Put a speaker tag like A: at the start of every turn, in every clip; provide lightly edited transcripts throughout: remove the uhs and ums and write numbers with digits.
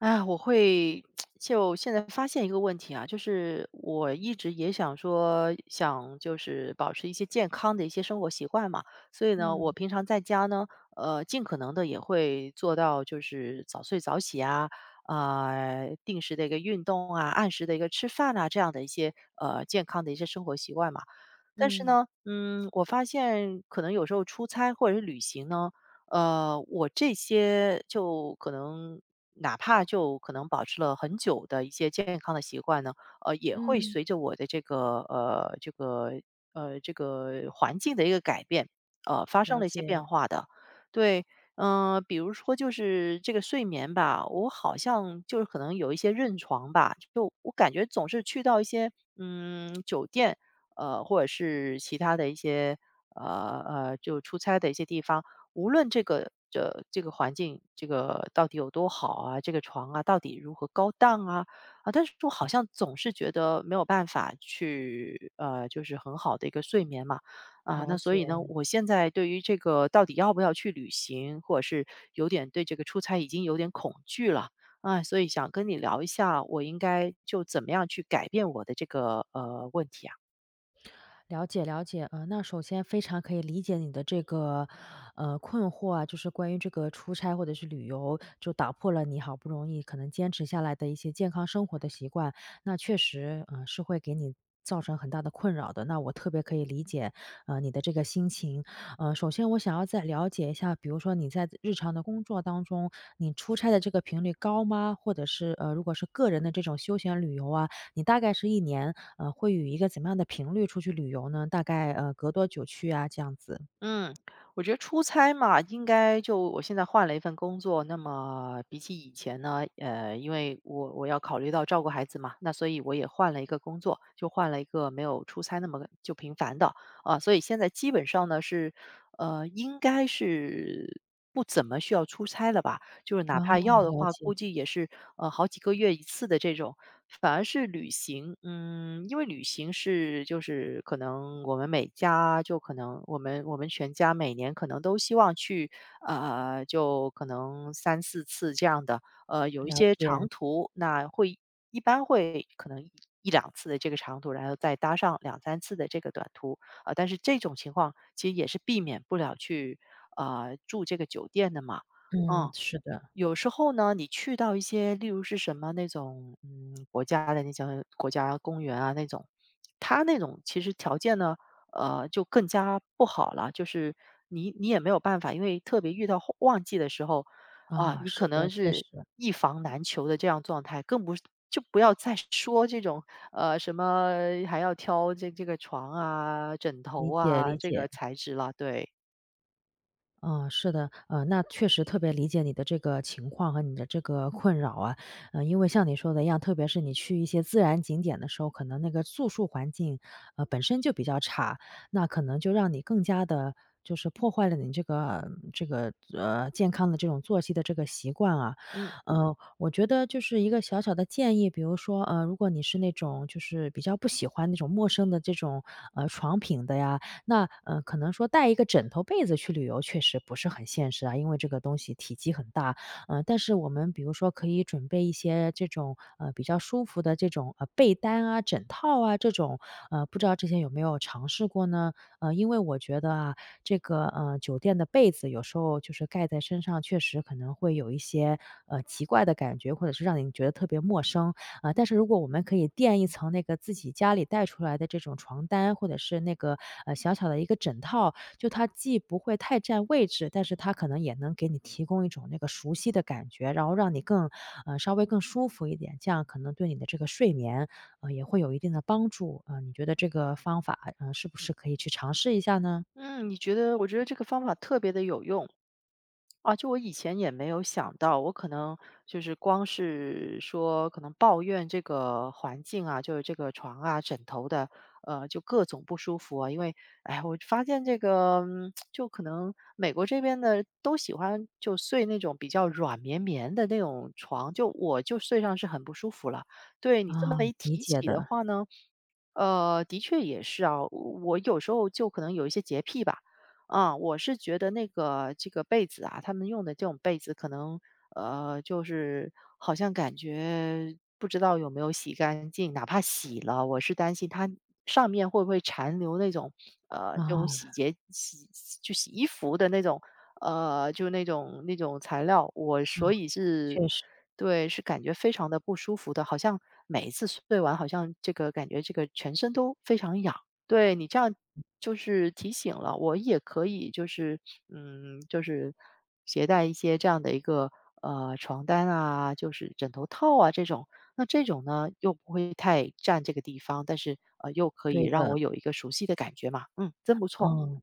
A: 哎，就现在发现一个问题啊，就是我一直也想就是保持一些健康的一些生活习惯嘛，所以呢，我
B: 嗯
A: 平常在家呢，尽可能的也会做到就是早睡早起啊，定时的一个运动啊，按时的一个吃饭啊，这样的一些健康的一些生活习惯嘛。但是
B: 嗯
A: 呢，我发现可能有时候出差或者是旅行呢，我这些就可能哪怕就可能保持了很久的一些健康的习惯呢，也会
B: 嗯，
A: 随着我的这个环境的一个改变，发生
B: 了
A: 了一些变
B: 解
A: 化的。对，比如说就是这个睡眠吧，我好像就是可能有一些认床吧，就我感觉总是去到一些酒店，或者是其他的一些就出差的一些地方。无论这个环境，这个到底有多好啊，这个床啊到底如何高档啊，啊，但是我好像总是觉得没有办法去就是很好的一个睡眠嘛，啊，
B: 了
A: 那所
B: 解。
A: 以呢，我现在对于这个到底要不要去旅行，或者是有点对这个出差已经有点恐惧了。啊，所以想跟你聊一下，我应该就怎么样去改变我的这个问题啊？
B: 了解了解，那首先非常可以理解你的这个，困惑啊，就是关于这个出差或者是旅游，就打破了你好不容易可能坚持下来的一些健康生活的习惯，那确实，是会给你造成很大的困扰的。那我特别可以理解，你的这个心情。首先我想要再了解一下，比如说你在日常的工作当中，你出差的这个频率高吗？或者是如果是个人的这种休闲旅游啊，你大概是一年会与一个怎么样的频率出去旅游呢？大概，隔多久去啊，这样子。
A: 嗯，我觉得出差嘛，应该就我现在换了一份工作，那么比起以前呢，因为我要考虑到照顾孩子嘛，那所以我也换了一个工作，就换了一个没有出差那么就频繁的啊，所以现在基本上呢是，应该是不怎么需要出差了吧。就是哪
B: 啊，
A: 怕要的
B: 了
A: 话，估
B: 解，
A: 计也是好几个月一次的这种。反而是旅行，因为旅行是就是可能我们每家就可能我们全家每年可能都希望去就可能三四次这样的，有一
B: 了
A: 些
B: 解，
A: 长途，一般会可能一两次的这个长途，然后再搭上两三次的这个短途，但是这种情况其实也是避免不了去住这个酒店的嘛，
B: 嗯，
A: 嗯。
B: 是的，
A: 有时候呢，你去到一些，例如是什么那种，国家的那种国家公园啊那种，它那种其实条件呢，就更加不好了。就是你也没有办法，因为特别遇到后旺季的时候，啊，
B: 啊，
A: 你
B: 是
A: 可
B: 的，
A: 能
B: 确实，
A: 是一房难求的这样状态，更不是就不要再说这种什么还要挑这个床啊、枕
B: 理
A: 头
B: 解，
A: 啊
B: 理
A: 这
B: 解。
A: 个材质了。对，
B: 嗯，是的，那确实特别理解你的这个情况和你的这个困扰啊，嗯，因为像你说的一样，特别是你去一些自然景点的时候，可能那个住宿环境，本身就比较差，那可能就让你更加的，就是破坏了你这个，健康的这种作息的这个习惯啊。
A: 嗯
B: 我觉得就是一个小小的建议，比如说，如果你是那种就是比较不喜欢那种陌生的这种，床品的呀，那，可能说带一个枕头被子去旅游确实不是很现实啊，因为这个东西体积很大。但是我们比如说可以准备一些这种，比较舒服的这种，被单啊、枕套啊这种，不知道之前有没有尝试过呢？因为我觉得啊，这个，酒店的被子有时候就是盖在身上，确实可能会有一些，奇怪的感觉，或者是让你觉得特别陌生。啊，但是如果我们可以垫一层那个自己家里带出来的这种床单，或者是那个，小小的一个枕套，就它既不会太占位置，但是它可能也能给你提供一种那个熟悉的感觉，然后让你更稍微更舒服一点，这样可能对你的这个睡眠，也会有一定的帮助。你觉得这个方法，是不是可以去尝试一下呢？
A: 嗯，你觉得？我觉得这个方法特别的有用。啊，就我以前也没有想到，我可能就是光是说可能抱怨这个环境啊，就是这个床啊、枕头的，就各种不舒服啊。因为，哎，我发现这个，就可能美国这边的都喜欢就睡那种比较软绵绵的那种床，就我就睡上是很不舒服了。对你
B: 啊，
A: 这么一
B: 理
A: 提
B: 解
A: 起的
B: 的，
A: 话呢，的确也是啊，我有时候就可能有一些洁癖吧，啊，我是觉得那个这个被子啊，他们用的这种被子可能就是好像感觉不知道有没有洗干净，哪怕洗了，我是担心它上面会不会残留那种这种洗
B: 啊，
A: 洁洗就洗衣服的那种呃就那种那种材料，我
B: 啊，
A: 所以
B: 确
A: 是。
B: 实，
A: 对，是感觉非常的不舒服的，好像每一次睡完，好像这个感觉这个全身都非常痒。对，你这样就是提醒了，我也可以就是携带一些这样的一个，床单啊，就是枕头套啊这种。那这种呢，又不会太占这个地方，但是，又可以
B: 对
A: 让
B: 的，
A: 我有一个熟悉的感觉嘛，真不错。
B: 嗯。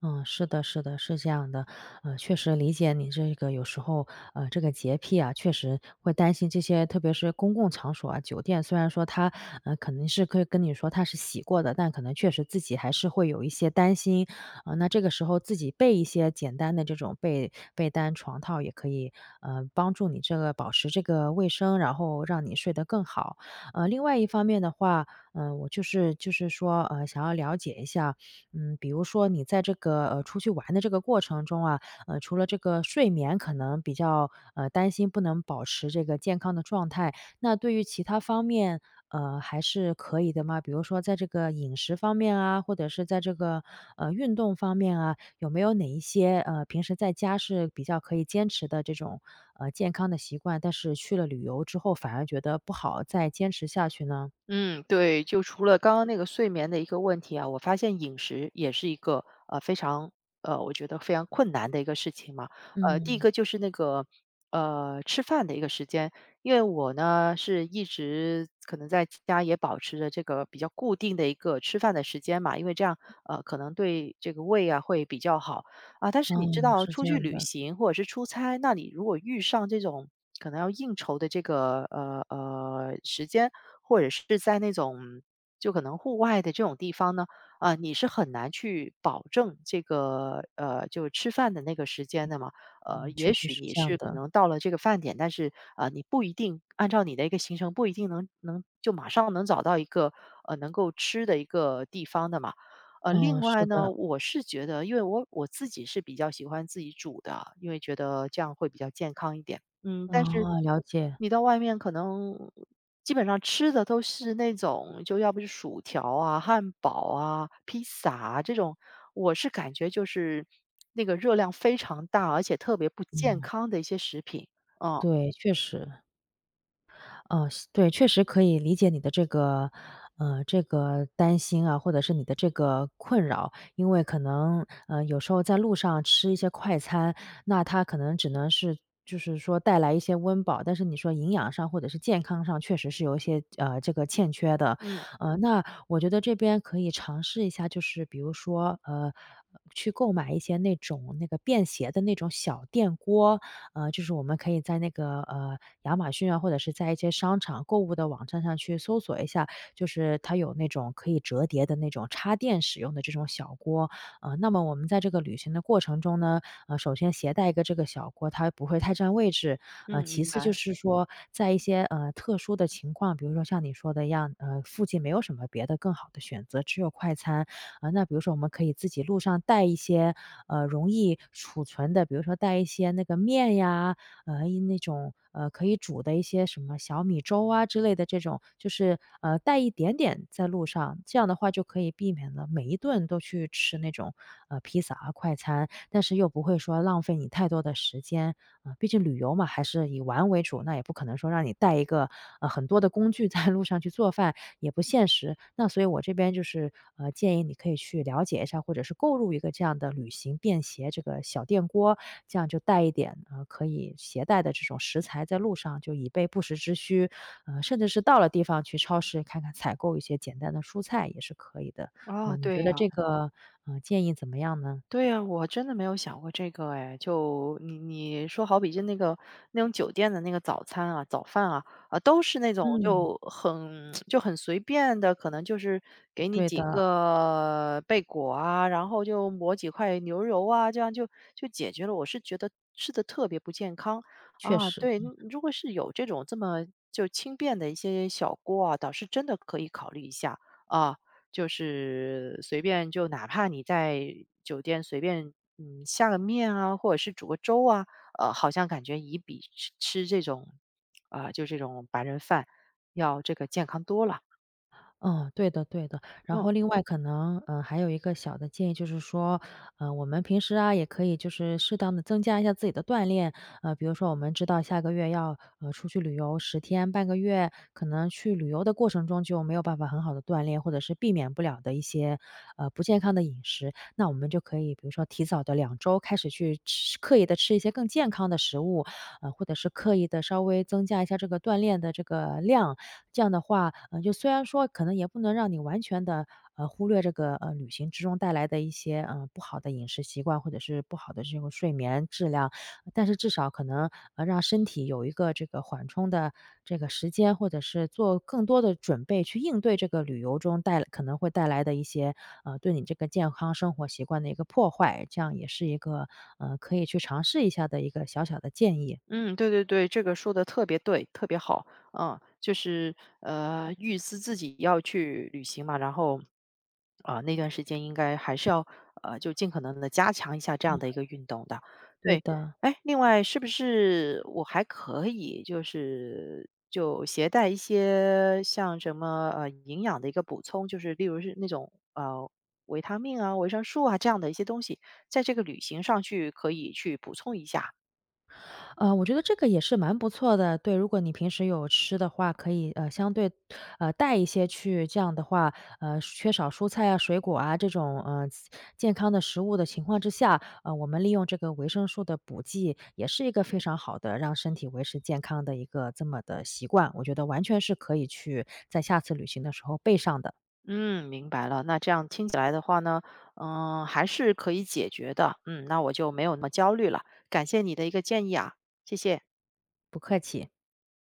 B: 嗯，是的，是的，是这样的，确实理解你这个有时候，这个洁癖啊，确实会担心这些，特别是公共场所啊，酒店，虽然说它，可能是可以跟你说它是洗过的，但可能确实自己还是会有一些担心，那这个时候自己备一些简单的这种被单、床套也可以，嗯，帮助你这个保持这个卫生，然后让你睡得更好。另外一方面的话，嗯、我就是说，想要了解一下。嗯，比如说你在这个，出去玩的这个过程中啊，除了这个睡眠可能比较，担心不能保持这个健康的状态，那对于其他方面，还是可以的吗？比如说在这个饮食方面啊，或者是在这个，运动方面啊，有没有哪一些，平时在家是比较可以坚持的这种，健康的习惯，但是去了旅游之后反而觉得不好再坚持下去呢？
A: 嗯，对，就除了刚刚那个睡眠的一个问题啊，我发现饮食也是一个非常我觉得非常困难的一个事情嘛。第一
B: 嗯，
A: 个就是那个吃饭的一个时间，因为我呢是一直可能在家也保持着这个比较固定的一个吃饭的时间嘛，因为这样可能对这个胃啊会比较好。啊，但是
B: 哦，
A: 你知道
B: 是
A: 出
B: 这
A: 去
B: 样
A: 旅
B: 的，
A: 行或者是出差，那你如果遇上这种可能要应酬的这个时间，或者是在那种就可能户外的这种地方呢，啊，你是很难去保证这个就吃饭的那个时间的嘛。
B: 嗯，确
A: 也
B: 实
A: 许
B: 是
A: 你
B: 这
A: 是
B: 样
A: 可
B: 的。
A: 能到了这个饭点，但是啊、你不一定按照你的一个行程，不一定能就马上能找到一个能够吃的一个地方的嘛。另
B: 嗯，是
A: 外呢，
B: 的，
A: 我是觉得，因为我自己是比较喜欢自己煮的，因为觉得这样会比较健康一点。嗯，但是
B: 啊，了解，
A: 你到外面可能基本上吃的都是那种，就要不是薯条啊、汉堡啊、披萨啊这种，我是感觉就是那个热量非常大，而且特别不健
B: 嗯，
A: 康的一些食品。哦，
B: 对，确实。是对，确实可以理解你的这个，这个担心啊，或者是你的这个困扰。因为可能，有时候在路上吃一些快餐，那它可能只能是就是说带来一些温饱，但是你说营养上或者是健康上确实是有一些，这个欠缺的。
A: 嗯
B: 那我觉得这边可以尝试一下，就是比如说，去购买一些那种那个便携的那种小电锅，就是我们可以在那个亚马逊啊，或者是在一些商场购物的网站上去搜索一下，就是它有那种可以折叠的那种插电使用的这种小锅，那么我们在这个旅行的过程中呢，首先携带一个这个小锅，它不会太占位置。
A: 嗯，
B: 其
A: 明
B: 次就
A: 白。
B: 是说，在一些特殊的情况，比如说像你说的一样，附近没有什么别的更好的选择，只有快餐。那比如说我们可以自己路上带一些容易储存的，比如说带一些那个面呀，一那种，可以煮的一些什么小米粥啊之类的这种，就是，带一点点在路上，这样的话就可以避免了每一顿都去吃那种，披萨啊、快餐，但是又不会说浪费你太多的时间。啊，毕竟旅游嘛，还是以玩为主，那也不可能说让你带一个，很多的工具在路上去做饭，也不现实。那所以我这边就是，建议你可以去了解一下，或者是购入一个这样的旅行便携这个小电锅，这样就带一点，可以携带的这种食材在路上，就以备不时之需。甚至是到了地方去超市看看采购一些简单的蔬菜也是可以的。
A: 啊，
B: 你
A: 对
B: 觉
A: 呀。
B: 得这个，建议怎么样呢？
A: 对呀，我真的没有想过这个哎，就你说好比就那个那种酒店的那个早餐啊、早饭啊，啊，都是那种
B: 嗯，
A: 就很 就很随便的，可能就是给你
B: 对
A: 几
B: 的，
A: 个贝果啊，然后就抹几块牛油啊，这样就解决了。我是觉得吃的特别不健康
B: 确
A: 啊。
B: 实。
A: 对，如果是有这种这么就轻便的一些小锅啊，倒是真的可以考虑一下啊。就是随便就哪怕你在酒店随便，下个面啊，或者是煮个粥啊，好像感觉也比吃这种，啊，就这种白人饭要这个健康多了。
B: 嗯，对的对的。然
A: 嗯。
B: 后另外可能，嗯，还有一个小的建议就是说，我们平时啊，也可以就是适当的增加一下自己的锻炼。比如说我们知道下个月要，出去旅游10天、半个月，可能去旅游的过程中就没有办法很好的锻炼，或者是避免不了的一些，不健康的饮食。那我们就可以比如说提早的2周开始去吃刻意的吃一些更健康的食物，或者是刻意的稍微增加一下这个锻炼的这个量。这样的话，就虽然说可能也不能让你完全的，忽略这个，旅行之中带来的一些，不好的饮食习惯，或者是不好的这种睡眠质量，但是至少可能，让身体有一个这个缓冲的这个时间，或者是做更多的准备去应对这个旅游中带可能会带来的一些，对你这个健康生活习惯的一个破坏，这样也是一个，可以去尝试一下的一个小小的建议。
A: 嗯，对对对，这个说的特别对，特别好。就是预思自己要去旅行嘛，然后啊、那段时间应该还是要就尽可能的加强一下这样的一个运动的。
B: 对
A: 对，
B: 的。
A: 哎，另外是不是我还可以就携带一些像什么营养的一个补充，就是例如是那种维他命啊、维生素啊这样的一些东西，在这个旅行上去可以去补充一下。
B: 我觉得这个也是蛮不错的。对，如果你平时有吃的话，可以，相对，带一些去，这样的话，缺少蔬菜啊、水果啊这种，健康的食物的情况之下，我们利用这个维生素的补剂，也是一个非常好的让身体维持健康的一个这么的习惯。我觉得完全是可以去在下次旅行的时候备上的，
A: 嗯，明白了。那这样听起来的话呢，还是可以解决的。嗯，那我就没有那么焦虑了。感谢你的一个建议啊，谢谢。
B: 不客气。